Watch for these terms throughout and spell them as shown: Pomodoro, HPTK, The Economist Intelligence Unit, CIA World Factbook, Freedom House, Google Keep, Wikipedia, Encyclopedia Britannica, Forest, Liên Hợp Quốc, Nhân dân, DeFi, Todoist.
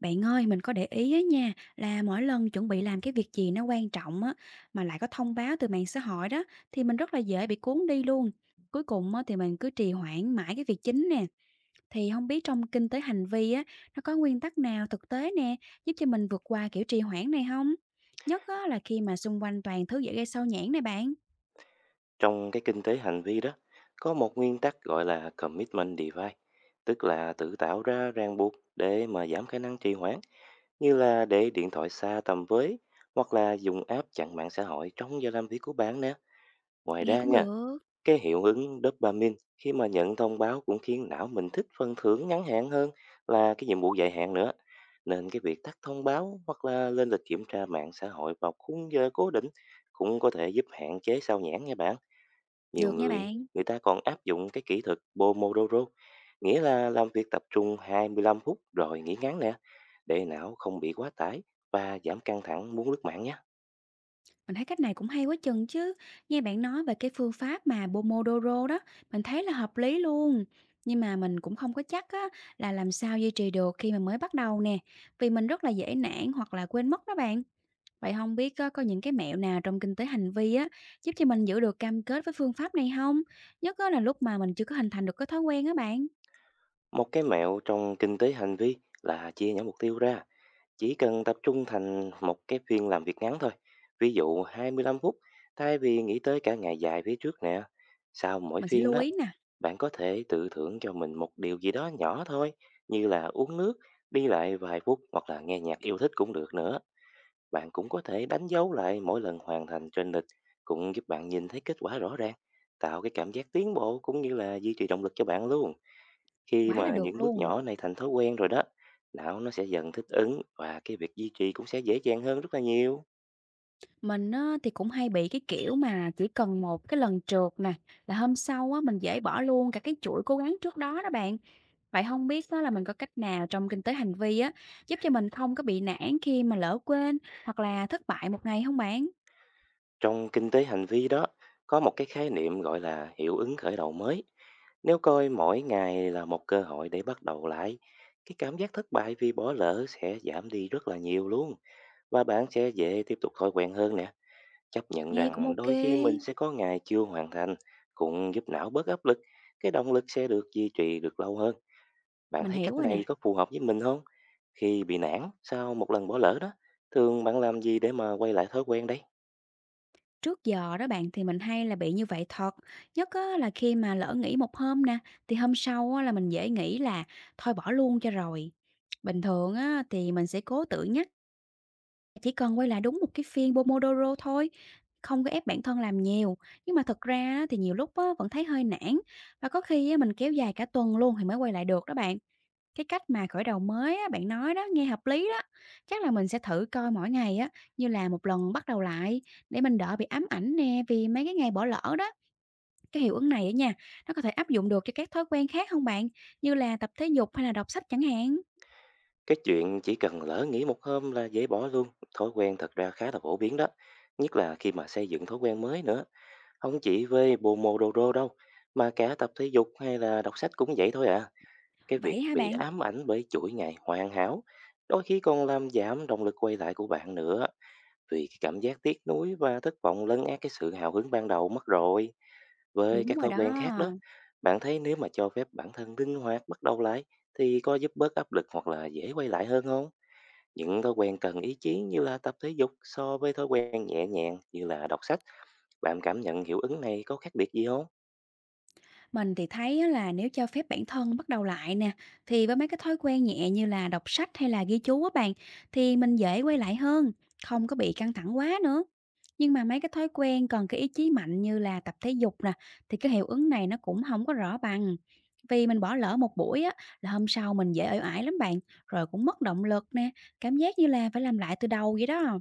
Bạn ơi, mình có để ý á nha, là mỗi lần chuẩn bị làm cái việc gì nó quan trọng á, mà lại có thông báo từ mạng xã hội đó, thì mình rất là dễ bị cuốn đi luôn. Cuối cùng á, thì mình cứ trì hoãn mãi cái việc chính nè. Thì không biết trong kinh tế hành vi á, nó có nguyên tắc nào thực tế nè, giúp cho mình vượt qua kiểu trì hoãn này không? Nhất á, là khi mà xung quanh toàn thứ dễ gây sao nhãng này bạn. Trong cái kinh tế hành vi đó, có một nguyên tắc gọi là commitment DeFi, tức là tự tạo ra ràng buộc để mà giảm khả năng trì hoãn, như là để điện thoại xa tầm với hoặc là dùng app chặn mạng xã hội trong giờ làm việc của bạn nè. Ngoài Nghe ra cũng nha, được. cái hiệu ứng dopamine khi mà nhận thông báo cũng khiến não mình thích phần thưởng ngắn hạn hơn là cái nhiệm vụ dài hạn nữa. Nên cái việc tắt thông báo hoặc là lên lịch kiểm tra mạng xã hội vào khung giờ cố định cũng có thể giúp hạn chế sao nhãng nha bạn. Nhiều Được nha người, bạn. Người ta còn áp dụng cái kỹ thuật Pomodoro, nghĩa là làm việc tập trung 25 phút rồi nghỉ ngắn nè, để não không bị quá tải và giảm căng thẳng muốn lướt mạng nhé. Mình thấy cách này cũng hay quá chừng chứ. Nghe bạn nói về cái phương pháp mà Pomodoro đó, mình thấy là hợp lý luôn. Nhưng mà mình cũng không có chắc á, là làm sao duy trì được khi mà mới bắt đầu nè. Vì mình rất là dễ nản hoặc là quên mất đó bạn. Vậy không biết có những cái mẹo nào trong kinh tế hành vi á, giúp cho mình giữ được cam kết với phương pháp này không? Nhất á là lúc mà mình chưa có hình thành được cái thói quen á bạn. Một cái mẹo trong kinh tế hành vi là chia nhỏ mục tiêu ra, chỉ cần tập trung thành một cái phiên làm việc ngắn thôi, ví dụ 25 phút, thay vì nghĩ tới cả ngày dài phía trước nè. Sau mỗi Mình sẽ phiên lưu đó, ý nè, bạn có thể tự thưởng cho mình một điều gì đó nhỏ thôi, như là uống nước, đi lại vài phút hoặc là nghe nhạc yêu thích cũng được nữa. Bạn cũng có thể đánh dấu lại mỗi lần hoàn thành trên lịch, cũng giúp bạn nhìn thấy kết quả rõ ràng, tạo cái cảm giác tiến bộ cũng như là duy trì động lực cho bạn luôn. Khi quá là mà được những bước luôn. nhỏ này thành thói quen rồi đó, não nó sẽ dần thích ứng và cái việc duy trì cũng sẽ dễ dàng hơn rất là nhiều. Mình á, thì cũng hay bị cái kiểu mà chỉ cần một cái lần trượt nè, là hôm sau á, mình dễ bỏ luôn cả cái chuỗi cố gắng trước đó đó bạn. Vậy không biết á, là mình có cách nào trong kinh tế hành vi á, giúp cho mình không có bị nản khi mà lỡ quên hoặc là thất bại một ngày không bạn? Trong kinh tế hành vi đó, có một cái khái niệm gọi là hiệu ứng khởi đầu mới. Nếu coi mỗi ngày là một cơ hội để bắt đầu lại, cái cảm giác thất bại vì bỏ lỡ sẽ giảm đi rất là nhiều luôn, và bạn sẽ dễ tiếp tục thói quen hơn nè. Chấp nhận Nghe cũng rằng ok. đôi khi mình sẽ có ngày chưa hoàn thành cũng giúp não bớt áp lực, cái động lực sẽ được duy trì được lâu hơn. Bạn Mình thấy hiểu cách rồi này nè. có phù hợp với mình không? Khi bị nản sau một lần bỏ lỡ đó, thường bạn làm gì để mà quay lại thói quen đấy? Trước giờ đó bạn thì mình hay là bị như vậy thật. Nhất á, là khi mà lỡ nghỉ một hôm nè, thì hôm sau á, là mình dễ nghĩ là thôi bỏ luôn cho rồi. Bình thường á, thì mình sẽ cố tự nhắc. Chỉ cần quay lại đúng một cái phiên Pomodoro thôi, không có ép bản thân làm nhiều. Nhưng mà thật ra á, thì nhiều lúc á, vẫn thấy hơi nản và có khi á, mình kéo dài cả tuần luôn thì mới quay lại được đó bạn. Cái cách mà khởi đầu mới á, bạn nói đó nghe hợp lý đó. Chắc là mình sẽ thử coi mỗi ngày á như là một lần bắt đầu lại để mình đỡ bị ám ảnh nè vì mấy cái ngày bỏ lỡ đó. Cái hiệu ứng này á nha, nó có thể áp dụng được cho các thói quen khác không bạn? Như là tập thể dục hay là đọc sách chẳng hạn. Cái chuyện chỉ cần lỡ nghỉ một hôm là dễ bỏ luôn thói quen thật ra khá là phổ biến đó, nhất là khi mà xây dựng thói quen mới nữa. Không chỉ với Pomodoro đâu, mà cả tập thể dục hay là đọc sách cũng vậy thôi à. Cái việc Vậy hả bị bạn? ám ảnh bởi chuỗi ngày hoàn hảo, đôi khi còn làm giảm động lực quay lại của bạn nữa, vì cái cảm giác tiếc nuối và thất vọng lấn át cái sự hào hứng ban đầu mất rồi. Với Đúng các rồi thói quen đó. khác đó, bạn thấy nếu mà cho phép bản thân linh hoạt bắt đầu lại thì có giúp bớt áp lực hoặc là dễ quay lại hơn không? Những thói quen cần ý chí như là tập thể dục so với thói quen nhẹ nhàng như là đọc sách, bạn cảm nhận hiệu ứng này có khác biệt gì không? Mình thì thấy á là nếu cho phép bản thân bắt đầu lại nè, thì với mấy cái thói quen nhẹ như là đọc sách hay là ghi chú á bạn, thì mình dễ quay lại hơn, không có bị căng thẳng quá nữa. Nhưng mà mấy cái thói quen còn cái ý chí mạnh như là tập thể dục nè, thì cái hiệu ứng này nó cũng không có rõ bằng. Vì mình bỏ lỡ một buổi á, là hôm sau mình dễ uể oải lắm bạn, rồi cũng mất động lực nè, cảm giác như là phải làm lại từ đầu vậy đó.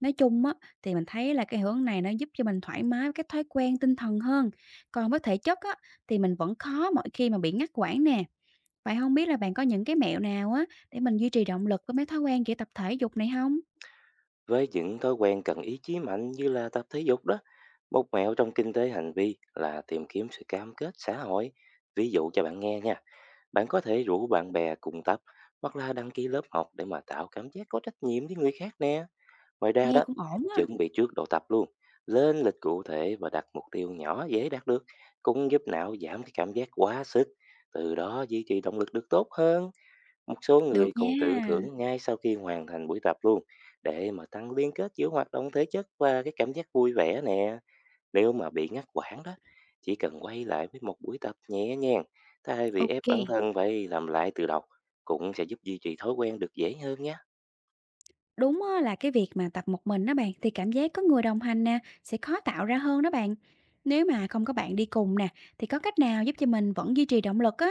Nói chung á, thì mình thấy là cái hướng này nó giúp cho mình thoải mái với cái thói quen tinh thần hơn. Còn với thể chất á, thì mình vẫn khó mỗi khi mà bị ngắt quãng nè. Vậy không biết là bạn có những cái mẹo nào á, để mình duy trì động lực với mấy thói quen kiểu tập thể dục này không? Với những thói quen cần ý chí mạnh như là tập thể dục đó, một mẹo trong kinh tế hành vi là tìm kiếm sự cam kết xã hội. Ví dụ cho bạn nghe nha. Bạn có thể rủ bạn bè cùng tập hoặc là đăng ký lớp học để mà tạo cảm giác có trách nhiệm với người khác nè. Ngoài ra Nghe đó, cũng ổn á. chuẩn bị trước đồ tập luôn, lên lịch cụ thể và đặt mục tiêu nhỏ dễ đạt được cũng giúp não giảm cái cảm giác quá sức, từ đó duy trì động lực được tốt hơn. Một số Được người còn nha. tự thưởng ngay sau khi hoàn thành buổi tập luôn để mà tăng liên kết giữa hoạt động thể chất và cái cảm giác vui vẻ nè. Nếu mà bị ngắt quãng đó, chỉ cần quay lại với một buổi tập nhẹ nhàng, thay vì ép Ok. bản thân phải làm lại từ đầu, cũng sẽ giúp duy trì thói quen được dễ hơn nhé. Đúng á, là cái việc mà tập một mình đó bạn thì cảm giác có người đồng hành nè sẽ khó tạo ra hơn đó bạn. Nếu mà không có bạn đi cùng nè thì có cách nào giúp cho mình vẫn duy trì động lực á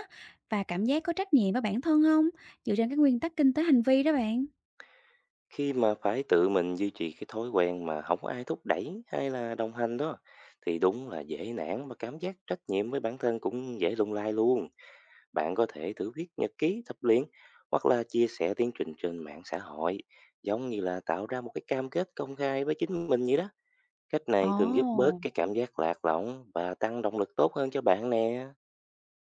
và cảm giác có trách nhiệm với bản thân không? Dựa trên các nguyên tắc kinh tế hành vi đó bạn. Khi mà phải tự mình duy trì cái thói quen mà không ai thúc đẩy hay là đồng hành đó, thì đúng là dễ nản và cảm giác trách nhiệm với bản thân cũng dễ lung lay luôn. Bạn có thể thử viết nhật ký tập luyện hoặc là chia sẻ tiến trình trên mạng xã hội, giống như là tạo ra một cái cam kết công khai với chính mình vậy đó. Cách này thường giúp bớt Ồ. cái cảm giác lạc lõng và tăng động lực tốt hơn cho bạn nè.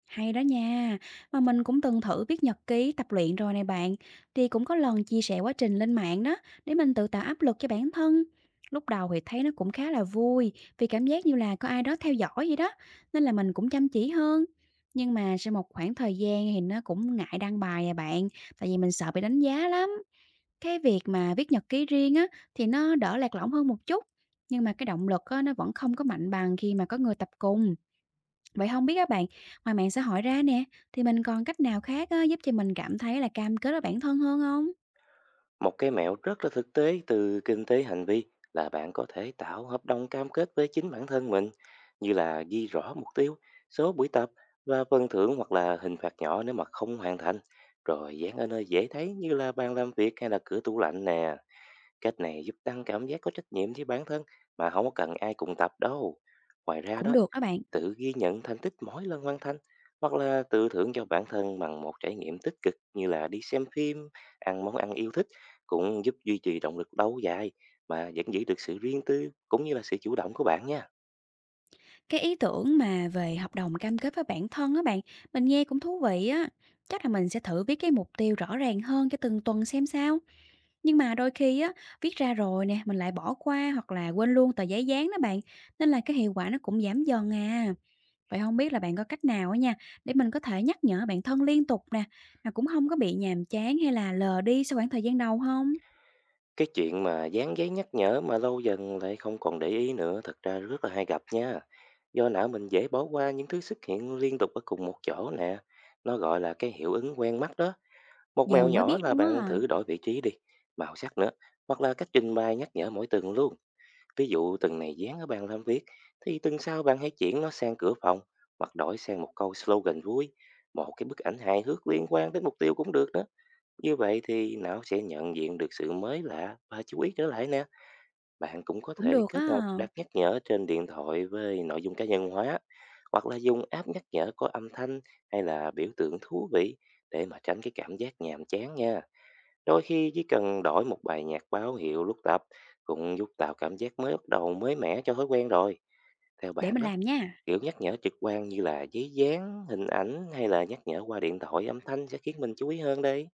Hay đó nha, mà mình cũng từng thử viết nhật ký tập luyện rồi này bạn, thì cũng có lần chia sẻ quá trình lên mạng đó để mình tự tạo áp lực cho bản thân. Lúc đầu thì thấy nó cũng khá là vui vì cảm giác như là có ai đó theo dõi vậy đó, nên là mình cũng chăm chỉ hơn. Nhưng mà sau một khoảng thời gian thì nó cũng ngại đăng bài à bạn, tại vì mình sợ bị đánh giá lắm. Cái việc mà viết nhật ký riêng á thì nó đỡ lạc lõng hơn một chút, nhưng mà cái động lực á, nó vẫn không có mạnh bằng khi mà có người tập cùng. Vậy không biết các bạn, ngoài mạng xã hội ra nè, thì mình còn cách nào khác á, giúp cho mình cảm thấy là cam kết với bản thân hơn không? Một cái mẹo rất là thực tế từ kinh tế hành vi là bạn có thể tạo hợp đồng cam kết với chính bản thân mình, như là ghi rõ mục tiêu, số buổi tập và phần thưởng hoặc là hình phạt nhỏ nếu mà không hoàn thành, rồi dán ở nơi dễ thấy như là bàn làm việc hay là cửa tủ lạnh nè. Cách này giúp tăng cảm giác có trách nhiệm với bản thân mà không có cần ai cùng tập đâu. Ngoài ra Cũng đó, được. Các bạn, tự ghi nhận thành tích mỗi lần hoàn thành hoặc là tự thưởng cho bản thân bằng một trải nghiệm tích cực như là đi xem phim, ăn món ăn yêu thích cũng giúp duy trì động lực lâu dài mà vẫn giữ được sự riêng tư cũng như là sự chủ động của bạn nha. cái ý tưởng mà về hợp đồng cam kết với bản thân á bạn, mình nghe cũng thú vị á, chắc là mình sẽ thử viết cái mục tiêu rõ ràng hơn cho từng tuần xem sao. Nhưng mà đôi khi á, viết ra rồi nè, mình lại bỏ qua hoặc là quên luôn tờ giấy dán đó bạn, nên là cái hiệu quả nó cũng giảm dần à. Vậy không biết là bạn có cách nào á nha, để mình có thể nhắc nhở bạn thân liên tục nè, mà cũng không có bị nhàm chán hay là lờ đi sau khoảng thời gian đầu không? Cái chuyện mà dán giấy nhắc nhở mà lâu dần lại không còn để ý nữa thật ra rất là hay gặp nha. Do não mình dễ bỏ qua những thứ xuất hiện liên tục ở cùng một chỗ nè. Nó gọi là cái hiệu ứng quen mắt đó. Một Giờ mèo mình mới biết nhỏ là luôn bạn á, thử đổi vị trí đi, màu sắc nữa, hoặc là cách trình bày nhắc nhở mỗi tuần luôn. Ví dụ tuần này dán ở bàn làm việc, thì tuần sau bạn hãy chuyển nó sang cửa phòng, hoặc đổi sang một câu slogan vui, một cái bức ảnh hài hước liên quan đến mục tiêu cũng được đó. Như vậy thì não sẽ nhận diện được sự mới lạ và chú ý trở lại nè. Bạn cũng có cũng thể được kết á, hợp đặt nhắc nhở trên điện thoại với nội dung cá nhân hóa, hoặc là dùng app nhắc nhở có âm thanh hay là biểu tượng thú vị để mà tránh cái cảm giác nhàm chán nha. Đôi khi chỉ cần đổi một bài nhạc báo hiệu lúc tập cũng giúp tạo cảm giác mới bắt đầu mới mẻ cho thói quen rồi. Theo để bạn mình đó, làm nha. kiểu nhắc nhở trực quan như là giấy dán, hình ảnh hay là nhắc nhở qua điện thoại âm thanh sẽ khiến mình chú ý hơn đây?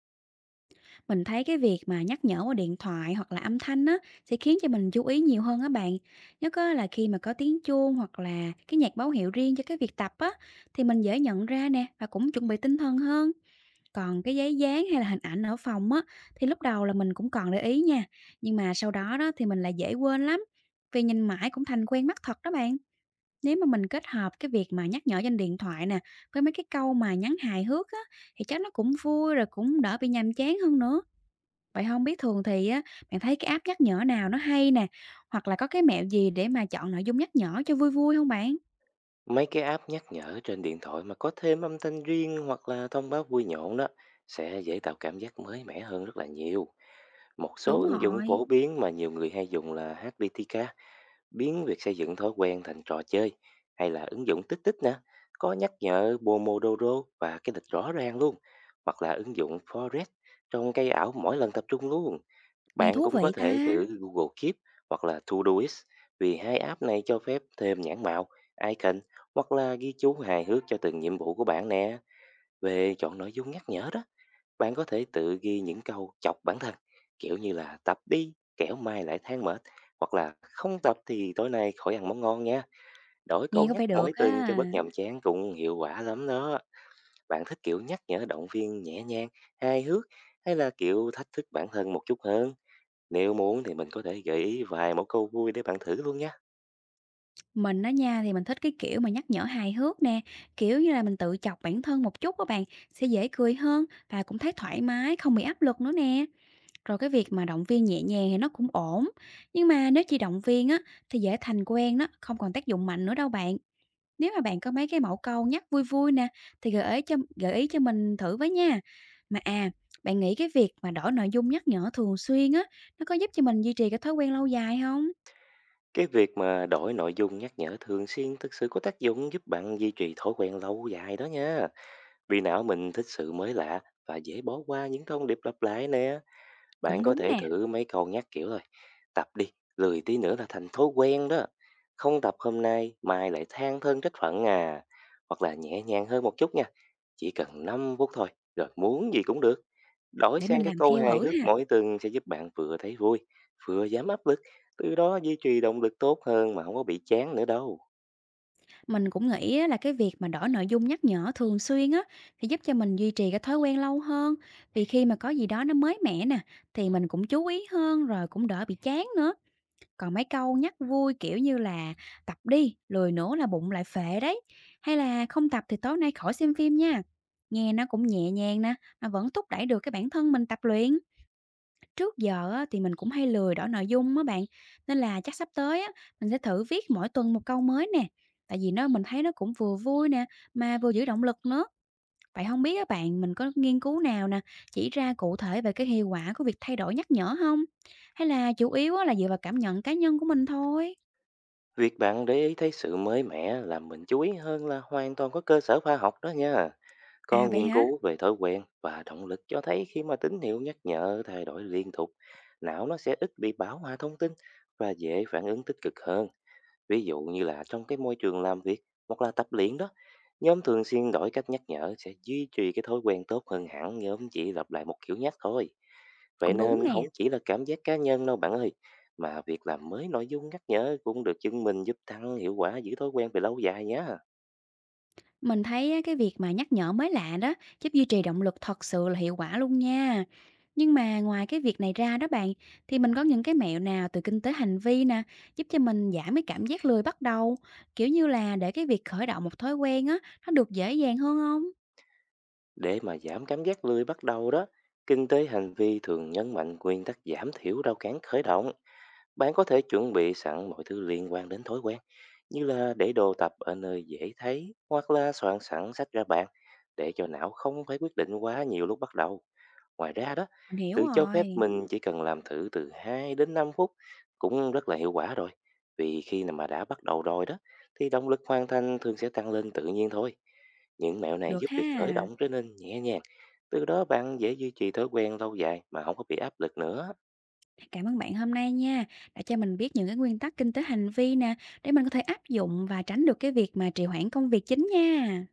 Mình thấy cái việc mà nhắc nhở qua điện thoại hoặc là âm thanh á, sẽ khiến cho mình chú ý nhiều hơn á bạn. Nhất á là khi mà có tiếng chuông hoặc là cái nhạc báo hiệu riêng cho cái việc tập á, thì mình dễ nhận ra nè và cũng chuẩn bị tinh thần hơn. Còn cái giấy dán hay là hình ảnh ở phòng á, thì lúc đầu là mình cũng còn để ý nha, nhưng mà sau đó đó thì mình lại dễ quên lắm, vì nhìn mãi cũng thành quen mắt thật đó bạn. Nếu mà mình kết hợp cái việc mà nhắc nhở trên điện thoại nè, với mấy cái câu mà nhắn hài hước á, thì chắc nó cũng vui rồi cũng đỡ bị nhàm chán hơn nữa. Vậy không biết thường thì á, bạn thấy cái app nhắc nhở nào nó hay nè, hoặc là có cái mẹo gì để mà chọn nội dung nhắc nhở cho vui vui không bạn? Mấy cái app nhắc nhở trên điện thoại mà có thêm âm thanh riêng hoặc là thông báo vui nhộn đó sẽ dễ tạo cảm giác mới mẻ hơn rất là nhiều. Một số Đúng ứng dụng rồi, phổ biến mà nhiều người hay dùng là HPTK, biến việc xây dựng thói quen thành trò chơi, hay là ứng dụng tích tích nè, có nhắc nhở Pomodoro và cái lịch rõ ràng luôn, hoặc là ứng dụng Forest, trong cây ảo mỗi lần tập trung luôn. nghe Bạn thú cũng có vị thể ta, thử Google Keep hoặc là Todoist, vì hai app này cho phép thêm nhãn mạo, icon, hoặc là ghi chú hài hước cho từng nhiệm vụ của bạn nè. Về chọn nội dung nhắc nhở đó, bạn có thể tự ghi những câu chọc bản thân, kiểu như là tập đi, kẻo mai lại than mệt, hoặc là không tập thì tối nay khỏi ăn món ngon nha. Đổi nghe câu có nhắc vẻ mỗi được tuần cho á. bớt nhàm chán cũng hiệu quả lắm đó. Bạn thích kiểu nhắc nhở động viên nhẹ nhàng, hài hước, hay là kiểu thách thức bản thân một chút hơn? Nếu muốn thì mình có thể gợi ý vài mẫu câu vui để bạn thử luôn nhé. Mình á nha, thì mình thích cái kiểu mà nhắc nhở hài hước nè, kiểu như là, mình tự chọc bản thân một chút các bạn, sẽ dễ cười hơn và cũng thấy thoải mái, không bị áp lực nữa nè. Rồi cái việc mà động viên nhẹ nhàng thì nó cũng ổn, nhưng mà nếu chỉ động viên á, thì dễ thành quen đó, không còn tác dụng mạnh nữa đâu bạn. Nếu mà bạn có mấy cái mẫu câu nhắc vui vui nè, thì gợi ý cho mình thử với nha. Mà à, bạn nghĩ cái việc mà đổi nội dung nhắc nhở thường xuyên á, nó có giúp cho mình duy trì cái thói quen lâu dài không? Cái việc mà đổi nội dung nhắc nhở thường xuyên thực sự có tác dụng giúp bạn duy trì thói quen lâu dài đó nha. Vì não mình thích sự mới lạ và dễ bỏ qua những thông điệp lặp lại nè. Bạn Cũng có đúng thể nè, thử mấy câu nhắc kiểu rồi. Tập đi, lười tí nữa là thành thói quen đó. Không tập hôm nay, mai lại than thân trách phận à. Hoặc là nhẹ nhàng hơn một chút nha. Chỉ cần 5 phút thôi, rồi muốn gì cũng được. Đổi để sang mình cái làm câu theo hài thử hước ha. mỗi tuần sẽ giúp bạn vừa thấy vui, vừa giảm áp lực, từ đó duy trì động lực tốt hơn mà không có bị chán nữa đâu. Mình cũng nghĩ á là cái việc mà đổi nội dung nhắc nhở thường xuyên á thì giúp cho mình duy trì cái thói quen lâu hơn. Vì khi mà có gì đó nó mới mẻ nè thì mình cũng chú ý hơn rồi cũng đỡ bị chán nữa. Còn mấy câu nhắc vui kiểu như là tập đi, lười nữa là bụng lại phệ đấy. Hay là không tập thì tối nay khỏi xem phim nha. Nghe nó cũng nhẹ nhàng nè mà vẫn thúc đẩy được cái bản thân mình tập luyện. Trước giờ á, thì mình cũng hay lười đổi nội dung á bạn, nên là chắc sắp tới á, mình sẽ thử viết mỗi tuần một câu mới nè. Tại vì nó mình thấy nó cũng vừa vui nè, mà vừa giữ động lực nữa. Vậy không biết các bạn mình có nghiên cứu nào nè, chỉ ra cụ thể về cái hiệu quả của việc thay đổi nhắc nhở không? Hay là chủ yếu á, là dựa vào cảm nhận cá nhân của mình thôi? Việc bạn để ý thấy sự mới mẻ làm mình chú ý hơn là hoàn toàn có cơ sở khoa học đó nha. À Còn vậy nghiên hả? cứu về thói quen và động lực cho thấy khi mà tín hiệu nhắc nhở thay đổi liên tục, não nó sẽ ít bị bão hòa thông tin và dễ phản ứng tích cực hơn. Ví dụ như là trong cái môi trường làm việc hoặc là tập luyện đó, nhóm thường xuyên đổi cách nhắc nhở sẽ duy trì cái thói quen tốt hơn hẳn nhóm chỉ lặp lại một kiểu nhắc thôi. Vậy Cũng đúng nên không nè. chỉ là cảm giác cá nhân đâu bạn ơi, mà việc làm mới nội dung nhắc nhở cũng được chứng minh giúp tăng hiệu quả giữ thói quen về lâu dài nhé. Mình thấy á, cái việc mà nhắc nhở mới lạ đó giúp duy trì động lực thật sự là hiệu quả luôn nha. Nhưng mà ngoài cái việc này ra đó bạn, thì mình có những cái mẹo nào từ kinh tế hành vi nè, giúp cho mình giảm cái cảm giác lười bắt đầu, kiểu như là để cái việc khởi động một thói quen á, nó được dễ dàng hơn không? Để mà giảm cảm giác lười bắt đầu đó, kinh tế hành vi thường nhấn mạnh nguyên tắc giảm thiểu rào cản khởi động. Bạn có thể chuẩn bị sẵn mọi thứ liên quan đến thói quen, như là để đồ tập ở nơi dễ thấy hoặc là soạn sẵn sách ra bạn, để cho não không phải quyết định quá nhiều lúc bắt đầu. Ngoài ra đó, Mình hiểu tự cho phép rồi. mình chỉ cần làm thử từ 2 đến 5 phút cũng rất là hiệu quả rồi. Vì khi nào mà đã bắt đầu rồi đó, thì động lực hoàn thành thường sẽ tăng lên tự nhiên thôi. Những mẹo này Được giúp việc khởi ha. động trở nên nhẹ nhàng, từ đó bạn dễ duy trì thói quen lâu dài mà không có bị áp lực nữa. Cảm ơn bạn hôm nay nha, đã cho mình biết những cái nguyên tắc kinh tế hành vi nè, để mình có thể áp dụng và tránh được cái việc mà trì hoãn công việc chính nha.